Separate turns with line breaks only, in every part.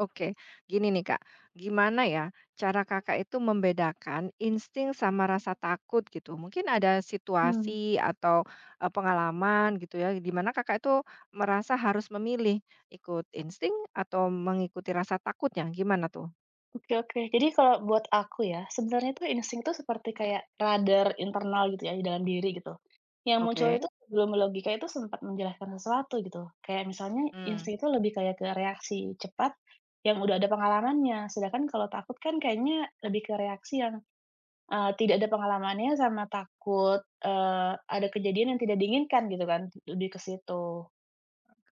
Oke, gini nih Kak, gimana ya cara Kakak itu membedakan insting sama rasa takut gitu? Mungkin ada
Hmm
situasi atau pengalaman gitu ya, di mana Kakak itu merasa harus memilih ikut insting atau mengikuti rasa takutnya, gimana tuh?
oke oke. Jadi kalau buat aku ya, sebenarnya itu insting itu seperti kayak radar internal gitu ya di dalam diri gitu. Yang muncul itu
Oke.
sebelum logika itu sempat menjelaskan sesuatu gitu. Kayak misalnya
Hmm.
insting itu lebih kayak ke reaksi cepat yang udah ada pengalamannya. Sedangkan kalau takut kan kayaknya lebih ke reaksi yang, tidak ada pengalamannya sama takut, ada kejadian yang tidak diinginkan gitu kan, lebih ke situ.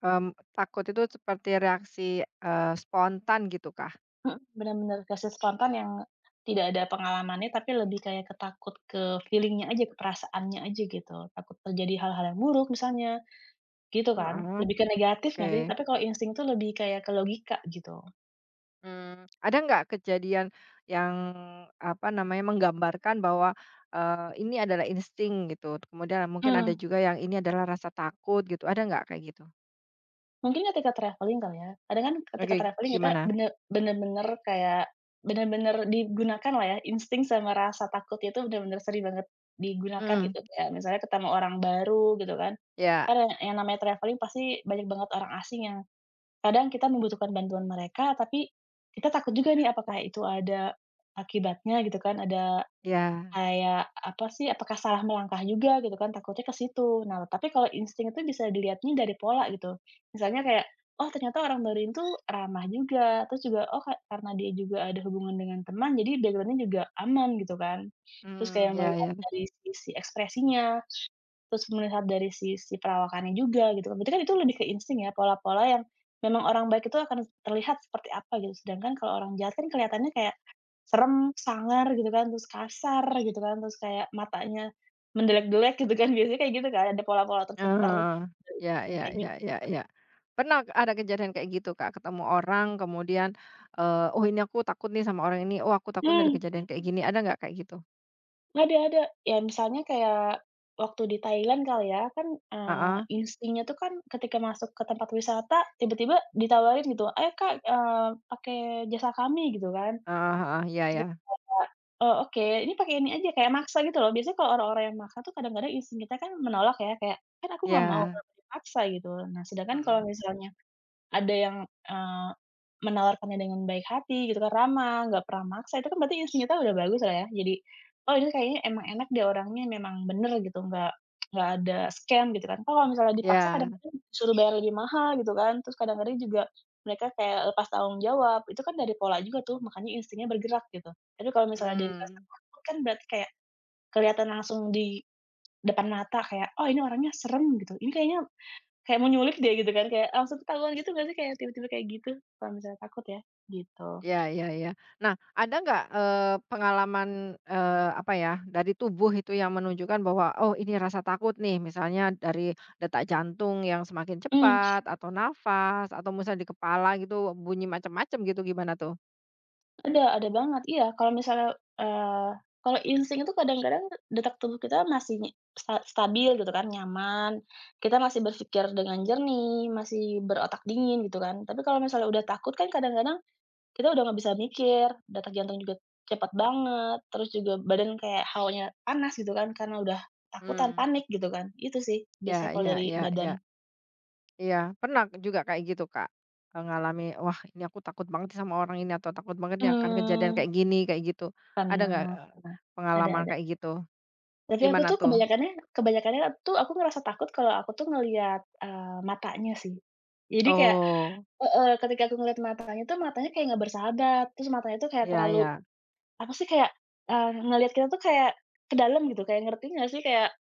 Em, takut itu seperti reaksi spontan gitu kah?
Mhm, bener-bener reaksi spontan yang tidak ada pengalamannya, tapi lebih kayak ke takut ke feeling-nya aja, ke perasaannya aja gitu. Takut terjadi hal-hal yang buruk misalnya, gitu kan?
Heeh,
Lebih ke negatif nggak sih?
Oke.
Tapi kalau insting tuh lebih kayak ke logika gitu.
Ada nggak kejadian yang, apa namanya, menggambarkan bahwa, ini adalah insting gitu, kemudian mungkin ada
Mmm,
juga yang ini adalah rasa takut gitu, ada nggak kayak gitu?
mungkin ketika traveling kali ya. Kadang kan ketika
Oke,
traveling kita
gimana?
bener-bener kayak bener-bener digunakan lah ya, insting sama rasa takut itu bener-bener sering banget digunakan
Mhm,
gitu. Kayak misalnya ketemu orang baru gitu kan,
ya,
kan yang namanya traveling pasti banyak banget orang asing yang kadang kita membutuhkan bantuan mereka, tapi kita takut juga nih apakah itu ada akibatnya gitu kan, ada
ya,
kayak, apa sih, apakah salah melangkah juga gitu kan, takutnya ke situ. Nah, tapi kalau insting itu bisa dilihatnya dari pola gitu. Misalnya kayak, oh ternyata orang Berlin tuh ramah juga, terus juga, oh karena dia juga ada hubungan dengan teman, jadi backgroundnya juga aman gitu kan. Terus kayak
mmm, ya,
melihat
ya,
dari sisi ekspresinya, terus melihat dari sisi perawakannya juga gitu kan. Berarti kan itu lebih ke insting ya, pola-pola yang memang orang baik itu akan terlihat seperti apa gitu. Sedangkan kalau orang jahat kan kelihatannya kayak serem, sangar gitu kan, terus kasar gitu kan, terus kayak matanya mendelek-delek gitu kan, biasanya kayak gitu kan, ada pola-pola
heeh heeh,
tertentu dari
ya,
kucing
ya.
kayak
Iya
gitu.
iya iya. Pernah ada kejadian kayak gitu, Kak, ketemu orang kemudian, "Oh, ini aku takut nih sama orang ini, oh, aku takut nih ada
Mmm,
kejadian kayak gini." Ada nggak kayak gitu?
ada ada. Ya misalnya kayak waktu di Thailand kali ya, kan,
Heeh,
instingnya tuh kan ketika masuk ke tempat wisata tiba-tiba ditawarin gitu, "Ayo Kak, pakai jasa kami," gitu kan.
heeh heeh, iya iya,
Kak. Oh, oke. Ini pakai ini aja, kayak maksa gitu loh. Biasanya kalau orang-orang yang maksa tuh kadang-kadang insting kita kan menolak ya, kayak, "Kan aku nggak mau,
iya,
kenapa dipaksa?" Gitu. Nah, sedangkan kalau
mhm,
misalnya ada yang, eee, menawarkannya dengan baik hati gitu kan, ramah, nggak pernah maksa, itu kan berarti insting kita udah bagus lah ya. Jadi, oh ini kayaknya emang enak deh orangnya, memang bener gitu, nggak ada scam gitu kan. Kalau misalnya dipaksa
iya.
kadang-kadang disuruh bayar lebih mahal gitu kan, terus kadang-kadang juga mereka kayak lepas tanggung jawab, itu kan dari pola juga tuh, makanya instingnya bergerak gitu. Tapi kalau misalnya dari rasa
Mmm,
takut kan berarti kayak kelihatan langsung di depan mata kayak, "Oh ini orangnya serem," gitu, "Ini kayaknya kayak mau nyulik deh gitu kan, kayak langsung ketahuan gitu nggak sih kayak tiba-tiba kayak gitu, kalau misalnya takut ya? Gitu."
ya, ya, ya. Nah, ada nggak, pengalaman, apa ya, dari tubuh itu yang menunjukkan bahwa, oh ini rasa takut nih, misalnya dari detak jantung yang semakin
Mmm,
cepat, atau nafas, atau misalnya di kepala gitu bunyi macam-macam gitu, gimana tuh?
ada banget, iya kalau misalnya, eee, kalau insting itu kadang-kadang detak tubuh kita masih stabil gitu kan, nyaman, kita masih berpikir dengan jernih, masih berotak dingin gitu kan. Tapi kalau misalnya udah takut kan kadang-kadang kita udah nggak bisa mikir, detak jantung juga cepet banget, terus juga badan kayak hawanya panas gitu kan, karena udah ketakutan,
Mmm,
panik gitu kan. Itu sih biasanya
ya
kalau
ya
dari
ya
badan.
ya. Iya, pernah juga kayak gitu, Kak? Ngalami, wah ini aku takut banget nih sama orang ini, atau takut banget nih akan kejadian
Mmm,
kayak gini, kayak gitu. Ada nggak,
pernah pernah, ada
pengalaman
ada.
kayak gitu?
Tapi aku
Gimana
tuh
tuh?
kebanyakannya kebanyakannya tuh aku ngerasa takut kalau aku tuh ngelihat, matanya sih. Jadi kayak
Oh.
heeh, ketika aku ngelihat matanya tuh, matanya kayak nggak bersahabat, terus matanya tuh kayak
Iya iya.
terlalu apa sih, kayak, ngelihat kita tuh kayak ke dalam gitu, kayak ngerti nggak sih? Kayak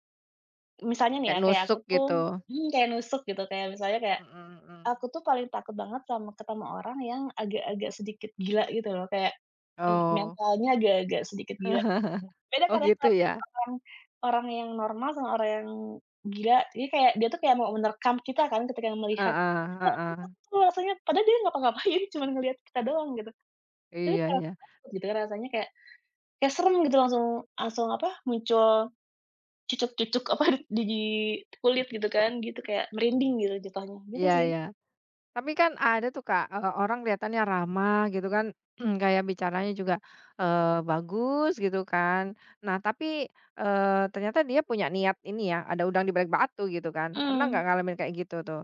misalnya nih
Kayak
ya, kayak aku
nusuk
tuh
gitu.
mhm, kayak nusuk gitu, kayak misalnya kayak
Mhm mhm.
aku tuh paling takut banget sama ketemu orang yang agak-agak sedikit gila gitu loh, kayak,
Oh.
mentalnya agak-agak sedikit gila. Beda
Oh
kadang
gitu
kalau
ya?
orang orang yang normal sama orang yang gila, jadi kayak dia tuh kayak mau menerkam kita kan ketika melihat.
Heeh
Iya,
heeh.
tuh rasanya padahal dia ngapa-ngapain, cuman ngelihat kita doang gitu. Tapi
Iya
kayak langsung
iya.
takut gitu kan rasanya kayak kayak serem gitu langsung langsung apa, muncul cucuk-cucuk apa di kulit gitu kan, gitu kayak merinding gitu jatuhnya, gitu
Iya
sih.
iya. Tapi kan ada tuh Kak, orang kelihatannya ramah gitu kan, kayak bicaranya juga, bagus gitu kan. Nah tapi, ternyata dia punya niat ini ya, ada udang di balik batu gitu kan. Pernah nggak
Mhm,
ngalamin kayak gitu tuh?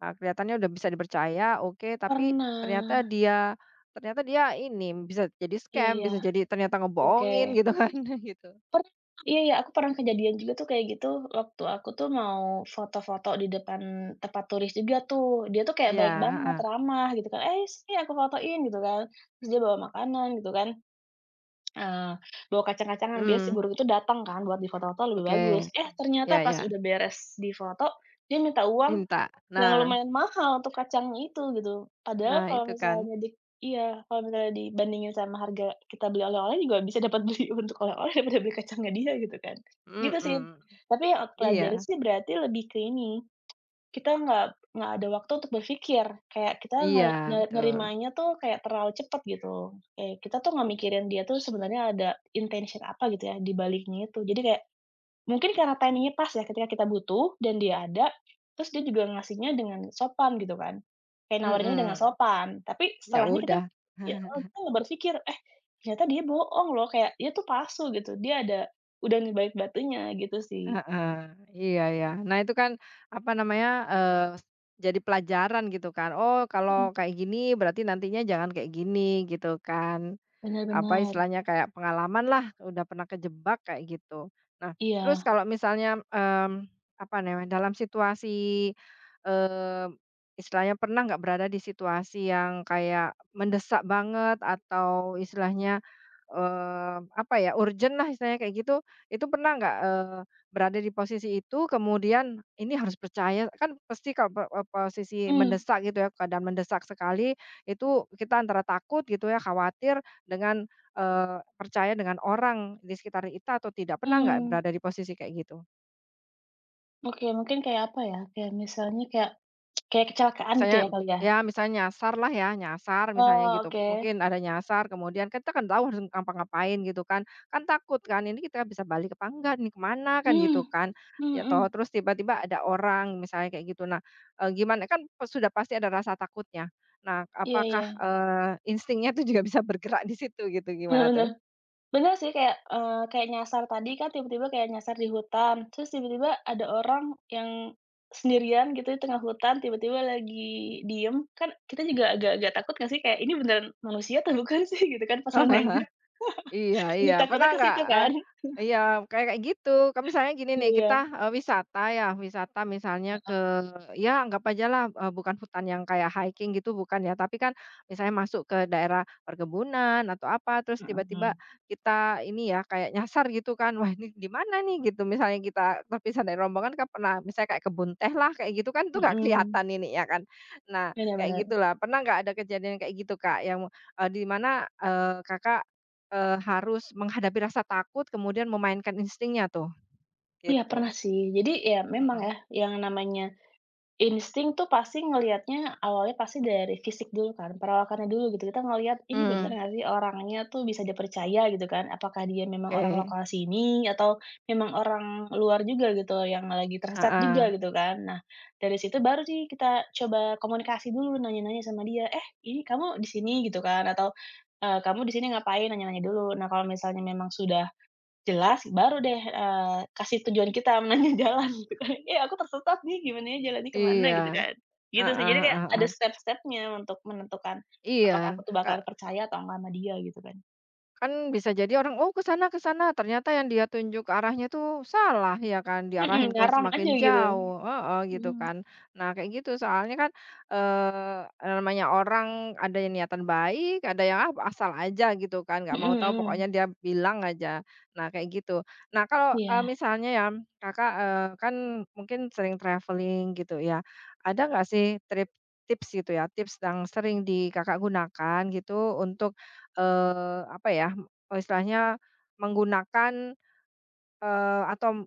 Kelihatannya udah bisa dipercaya, oke, tapi ternyata
pernah.
dia ternyata dia ini, bisa jadi
Iya
scam,
iya,
bisa jadi ternyata
oke.
ngebohongin gitu kan, gitu.
Pernah, iya iya, aku pernah kejadian juga tuh kayak gitu, waktu aku tuh mau foto-foto di depan tempat turis juga tuh, dia tuh kayak
Iya,
baik banget,
heeh,
ramah gitu kan, "Eh, sini aku fotoin," gitu kan. Terus dia bawa makanan gitu kan, eee, bawa kacang-kacangan, biar si
mhm,
burung itu datang kan buat difoto-foto lebih bagus.
oke.
Eh,
Ya
ternyata pas
ya,
udah beres difoto, dia minta uang
minta.
yang
Nah
lumayan mahal untuk kacangnya itu gitu. Padahal
nah
kalau
itu kan,
misalnya di iya, kalau misalnya dibandingin sama harga kita beli oleh-oleh juga bisa dapat beli untuk oleh-oleh daripada beli kacangnya dia gitu kan. Gitu sih.
mhm,
Tapi yang aku pelajari
iya
sih berarti lebih ke ini, kita nggak ada waktu untuk berpikir, kayak kita
iya, betul,
nerimanya tuh kayak terlalu cepat gitu. Kayak kita tuh nggak mikirin dia tuh sebenarnya ada intention apa gitu ya di baliknya itu. Jadi kayak mungkin karena timing-nya pas ya, ketika kita butuh dan dia ada, terus dia juga ngasihnya dengan sopan gitu kan, kayak nawarinnya dengan
mhm,
sopan. Tapi
ya
setelahnya kita
udah.
ya heeh, kita nggak berpikir, "Eh, ternyata dia bohong loh," kayak dia tuh palsu gitu, dia ada udang dibalik batunya gitu sih.
Heeh, iya ya. Nah itu kan, apa namanya, eee, jadi pelajaran gitu kan, oh
Mhm.
kalau kayak gini berarti nantinya jangan kayak gini, gitu kan.
Bener
Apa
bener,
istilahnya kayak pengalaman lah, udah pernah kejebak kayak gitu. Nah, terus
iya.
kalau misalnya, apa namanya, dalam situasi, eee, istilahnya pernah nggak berada di situasi yang kayak mendesak banget atau istilahnya, apa ya, urgent lah istilahnya kayak gitu, itu pernah nggak, berada di posisi itu kemudian ini harus percaya kan pasti kalau posisi
Mmm,
mendesak gitu ya, keadaan mendesak sekali itu kita antara takut gitu ya, khawatir dengan, percaya dengan orang di sekitar kita atau tidak? Pernah nggak
mhm.
berada di posisi kayak gitu?
Oke, mungkin kayak apa ya, kayak misalnya kayak kayak kecelakaan gitu
Misalnya
ya kali ya?
ya misalnya nyasar lah ya, nyasar misalnya
Oh,
gitu,
oke.
mungkin ada nyasar kemudian kan kita kan tahu harus ngapa-ngapain gitu kan, kan takut kan, ini kita bisa balik apa enggak nih, kemana kan
Mmm,
gitu kan,
mhm
ya
mhm.
toh terus tiba-tiba ada orang misalnya kayak gitu. Nah, gimana kan sudah pasti ada rasa takutnya. Nah,
Iya
apakah,
iya,
instingnya itu juga bisa bergerak di situ gitu,
bener
gimana tuh?
bener. Bener sih kayak, kayak nyasar tadi kan tiba-tiba kayak nyasar di hutan, terus tiba-tiba ada orang yang sendirian gitu di tengah hutan, tiba-tiba lagi diem, kan kita juga agak-agak takut nggak sih? Kayak, "Ini beneran manusia atau bukan sih?" Gitu kan pas mau nanya.
Iya
Iya,
iya.
takutnya
Pernah
ke
nggak,
situ kan?
iya kayak kayak gitu, kan misalnya gini
Iya
nih,
iya.
kita, wisata ya, wisata misalnya ke
Heeh.
Ya anggap ajalah, bukan hutan yang kayak hiking gitu bukan ya, tapi kan misalnya masuk ke daerah perkebunan atau apa, terus
Mhm
tiba-tiba
mhm.
kita ini ya, kayak nyasar gitu kan, "Wah ini di mana nih?" Gitu misalnya kita terpisah dari rombongan kan pernah misalnya kayak kebun teh lah, kayak gitu kan tuh nggak
Mhm.
kelihatan ini ya kan. Nah,
Bener
kayak
bener.
gitulah. Pernah nggak ada kejadian kayak gitu, Kak, yang, di mana, Kakak, harus menghadapi rasa takut kemudian memainkan instingnya tuh?
Iya
Gitu.
pernah sih. Jadi ya memang
Mhm.
ya, yang namanya insting tuh pasti ngelihatnya awalnya pasti dari fisik dulu kan, perawakannya dulu gitu. Kita ngelihat ini bener
Mmm,
nggak sih orangnya tuh bisa dipercaya gitu kan, apakah dia memang orang
oke.
lokal sini atau memang orang luar juga gitu yang lagi tersesat juga
Heeh.
gitu kan. Nah, dari situ baru sih kita coba komunikasi dulu nanya-nanya sama dia, "Eh, ini kamu di sini?" gitu kan atau, "Kamu di sini ngapain?" Nanya-nanya dulu. Nah, kalau misalnya memang sudah jelas, baru deh, kasih tujuan kita nanya jalan gitu kan, "Eh, aku tersesat nih, gimananya jalannya ke mana?"
Iya,
Gitu kan. Gitu
heeh
sih, jadi kayak
heeh
ada
heeh.
step-stepnya untuk menentukan apakah
Iya,
aku tuh
Kak,
bakal percaya atau enggak sama dia gitu kan.
kan bisa jadi orang, "Oh, ke sana," ternyata yang dia tunjuk arahnya tuh salah ya kan,
Mhm,
diarahin ke
ngarang aja
semakin
gitu.
jauh, heeh, gitu
Mhm.
kan. Nah, kayak gitu soalnya kan, namanya orang ada yang niatan baik, ada yang, ah, asal aja gitu kan, nggak mau
Mhm
tahu
mhm.
pokoknya dia bilang aja. Nah, kayak gitu. Nah, kalau,
Iya.
misalnya ya Kakak, kan mungkin sering traveling gitu ya, ada nggak sih tips gitu ya, tips yang sering di Kakak gunakan gitu untuk, apa ya, istilahnya menggunakan, atau,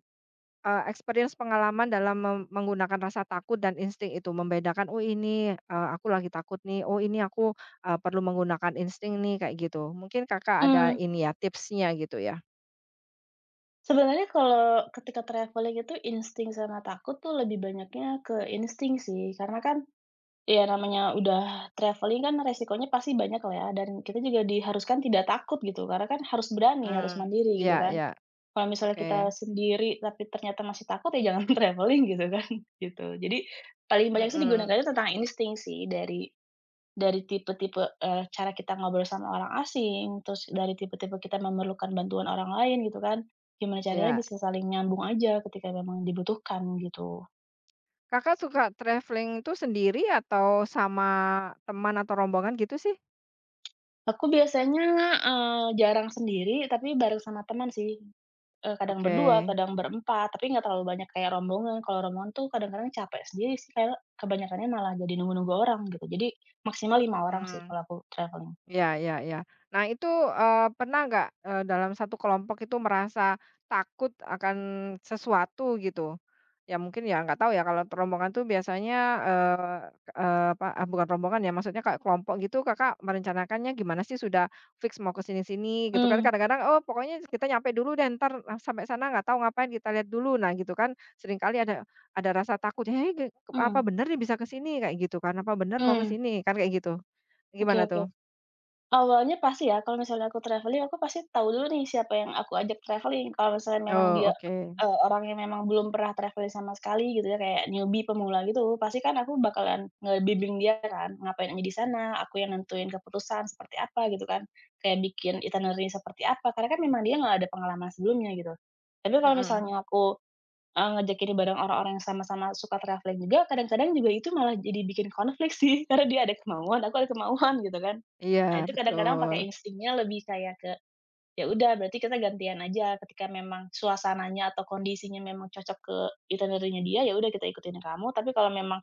experience pengalaman dalam menggunakan rasa takut dan insting itu, membedakan, "Oh ini, aku lagi takut nih, oh ini aku, perlu menggunakan insting nih," kayak gitu. Mungkin Kakak ada
Mmm.
ini ya, tipsnya gitu ya?
Sebenarnya kalau ketika traveling itu insting sama takut tuh lebih banyaknya ke insting sih, karena kan iya, namanya udah traveling kan resikonya pasti banyak lah ya, dan kita juga diharuskan tidak takut gitu, karena kan harus berani, harus
Mmm.
mandiri gitu
Ya
kan.
iya,
Kalau misalnya
oke.
kita sendiri tapi ternyata masih takut, ya jangan traveling gitu kan, gitu. Jadi paling banyak sih
Mhm.
digunakannya tentang insting sih, dari tipe-tipe, cara kita ngobrol sama orang asing, terus dari tipe-tipe kita memerlukan bantuan orang lain gitu kan, gimana caranya
Iya.
bisa saling nyambung aja ketika memang dibutuhkan gitu.
Kakak suka traveling itu sendiri atau sama teman atau rombongan gitu sih?
Aku biasanya, jarang sendiri, tapi bareng sama teman sih, kadang berdua,
Oke.
kadang berempat, tapi nggak terlalu banyak kayak rombongan. Kalau rombongan tuh kadang-kadang capek sendiri sih, karena kebanyakannya malah jadi nunggu-nunggu orang gitu. Jadi maksimal 5 orang sih
Mmm.
kalau aku traveling.
Ya, ya, ya. Nah itu, pernah nggak, dalam satu kelompok itu merasa takut akan sesuatu gitu? Ya mungkin ya nggak tahu ya kalau rombongan tuh biasanya, eee eee, apa, ah, bukan rombongan ya maksudnya kayak kelompok gitu Kakak merencanakannya gimana sih? Sudah fix mau ke sini-sini gitu kan
Mmm,
kadang-kadang, "Oh pokoknya kita nyampe dulu deh Ntar sampai sana nggak tahu ngapain kita lihat dulu." Nah gitu kan seringkali ada rasa takut, "Hei, apa
mhm,
bener nih bisa ke sini?" Kayak gitu kan, "Apa bener mau ke
mmm,
sini?" Kan kayak gitu.
oke
Gimana
oke.
tuh?
Awalnya pasti ya, kalau misalnya aku traveling, aku pasti tahu dulu nih siapa yang aku ajak traveling. Kalau misalnya memang
Oh,
dia,
oke.
orang yang memang belum pernah traveling sama sekali gitu ya, kayak newbie, pemula gitu, pasti kan aku bakalan ngebimbing dia kan, ngapain aja di sana, aku yang nentuin keputusan seperti apa gitu kan, kayak bikin itinerary seperti apa, karena kan memang dia nggak ada pengalaman sebelumnya gitu. Tapi kalau
Mhm.
misalnya aku ngajakin bareng orang-orang yang sama-sama suka travelling juga, kadang-kadang juga itu malah jadi bikin konflik sih, karena dia ada kemauan, aku ada kemauan gitu kan.
Iya,
Nah itu kadang-kadang pakai
betul.
instingnya lebih kayak ke, ya udah berarti kita gantian aja ketika memang suasananya atau kondisinya memang cocok ke itinerary-nya dia, ya udah kita ikutin kamu, tapi kalau memang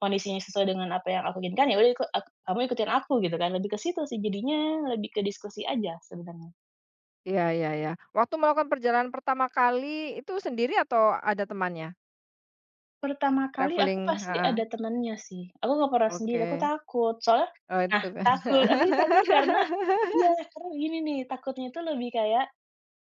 kondisinya sesuai dengan apa yang aku inginkan, ya udah kamu ikutin aku gitu kan, lebih ke situ sih jadinya, lebih ke diskusi aja sebenarnya.
Iya iya iya. Waktu melakukan perjalanan pertama kali itu sendiri atau ada temannya?
Pertama kali aku
Traveling
pasti
heeh,
ada temennya sih, aku nggak pernah sendiri, aku
oke.
takut, soalnya
Oh,
nah
itu
takut, aku tuh takut karena iya, karena begini nih, takutnya itu lebih kayak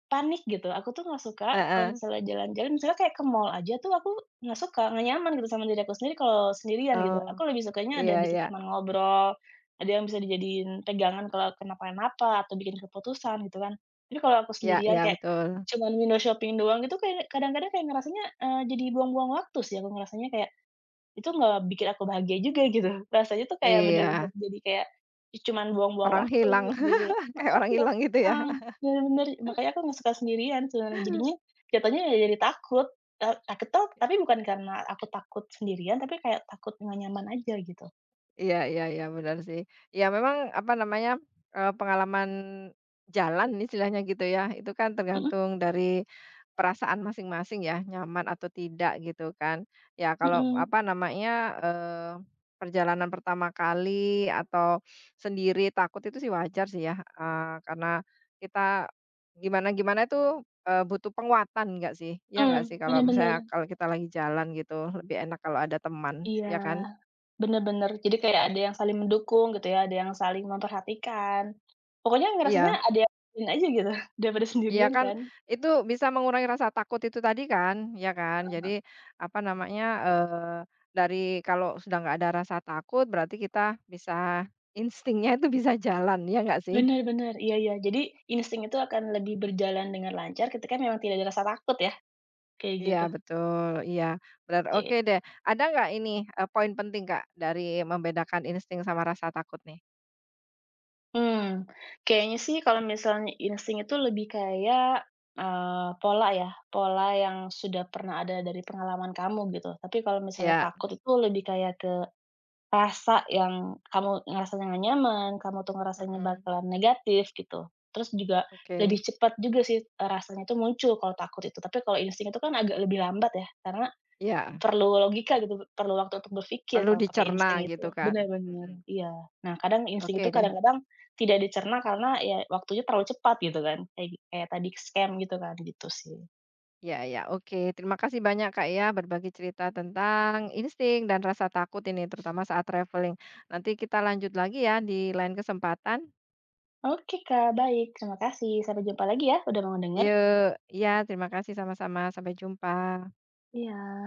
panik gitu, aku tuh nggak suka kalau
Heeh.
misalnya jalan-jalan, misalnya kayak ke mall aja tuh aku nggak suka, nggak nyaman gitu sama diri aku sendiri kalau sendirian gitu.
Oh,
Aku lebih sukanya ada
iya
bisa
iya.
teman ngobrol, ada yang bisa dijadiin pegangan kalau kenapa-napa atau bikin keputusan gitu kan. Tapi kalau aku
Iya iya,
sendirian kayak
betul.
cuman window shopping doang gitu, kayak kadang-kadang kayak ngerasanya, jadi buang-buang waktu sih aku ngerasanya kayak itu nggak bikin aku bahagia juga gitu. Rasanya tuh kayak bener-bener
Iya,
jadi kayak, ya cuman buang-buang
orang
waktu
hilang,
gitu loh.
kayak
Heeh,
orang
iya
hilang gitu ya.
tenang, bener-bener, makanya aku nggak suka sendirian sebenarnya. Jadinya jatuhnya ya jadi takut, takut tuh tapi bukan karena aku takut sendirian, tapi kayak takut nggak nyaman aja gitu.
Iya iya iya, benar sih. Ya memang, apa namanya, pengalaman jalan istilahnya gitu ya, itu kan
Mhm
tergantung dari perasaan masing-masing ya, nyaman atau tidak gitu kan. Ya kalau
mhm.
apa namanya, eee, perjalanan pertama kali atau sendiri takut itu sih wajar sih ya, karena kita gimana-gimana itu, butuh penguatan nggak sih? Ya
Mmm,
nggak sih kalau
bener bener.
misalnya kalau kita lagi jalan gitu, lebih enak kalau ada teman,
Iya,
ya kan?
bener bener. Jadi kayak ada yang saling mendukung gitu ya, ada yang saling memperhatikan. Pokoknya ngerasanya
Iya.
ada yang nemenin aja gitu daripada
Iya
sendirian
kan,
kan.
itu bisa mengurangi rasa takut itu tadi kan, ya kan? Jadi, apa namanya, dari kalau sudah nggak ada rasa takut, berarti kita bisa instingnya itu bisa jalan, ya nggak sih?
Benar-benar iya iya. Jadi insting itu akan lebih berjalan dengan lancar ketika memang tidak ada rasa takut ya, kayak
Iya
gitu.
betul, iya, benar. Oke
Oke.
deh, ada nggak ini, poin penting, Kak, dari membedakan insting sama rasa takut nih?
Mmm, kayaknya sih kalau misalnya insting itu lebih kayak, pola ya, pola yang sudah pernah ada dari pengalaman kamu gitu. Tapi kalau misalnya
Iya,
takut itu lebih kayak ke rasa yang kamu ngerasanya nggak nyaman, kamu tuh ngerasanya
mhm,
bakalan negatif gitu. Terus juga
oke,
lebih cepat juga sih, rasanya itu muncul kalau takut itu. Tapi kalau insting itu kan agak lebih lambat ya, karena
ya
perlu logika gitu, perlu waktu untuk berpikir
perlu
kalau pakai
dicerna
insting itu.
gitu kan?
Bener
Mhm,
bener, iya. Nah, kadang insting itu
oke deh.
kadang-kadang tidak dicerna karena ya waktunya terlalu cepat gitu kan, kayak kayak tadi scam gitu kan, gitu sih.
Ya ya, oke. Terima kasih banyak Kak ya berbagi cerita tentang insting dan rasa takut ini terutama saat traveling. Nanti kita lanjut lagi ya di lain kesempatan.
Oke Kak, baik. Terima kasih. Sampai jumpa lagi ya, udah mau denger.
Yuk, ya terima kasih sama-sama. Sampai jumpa.
Iya.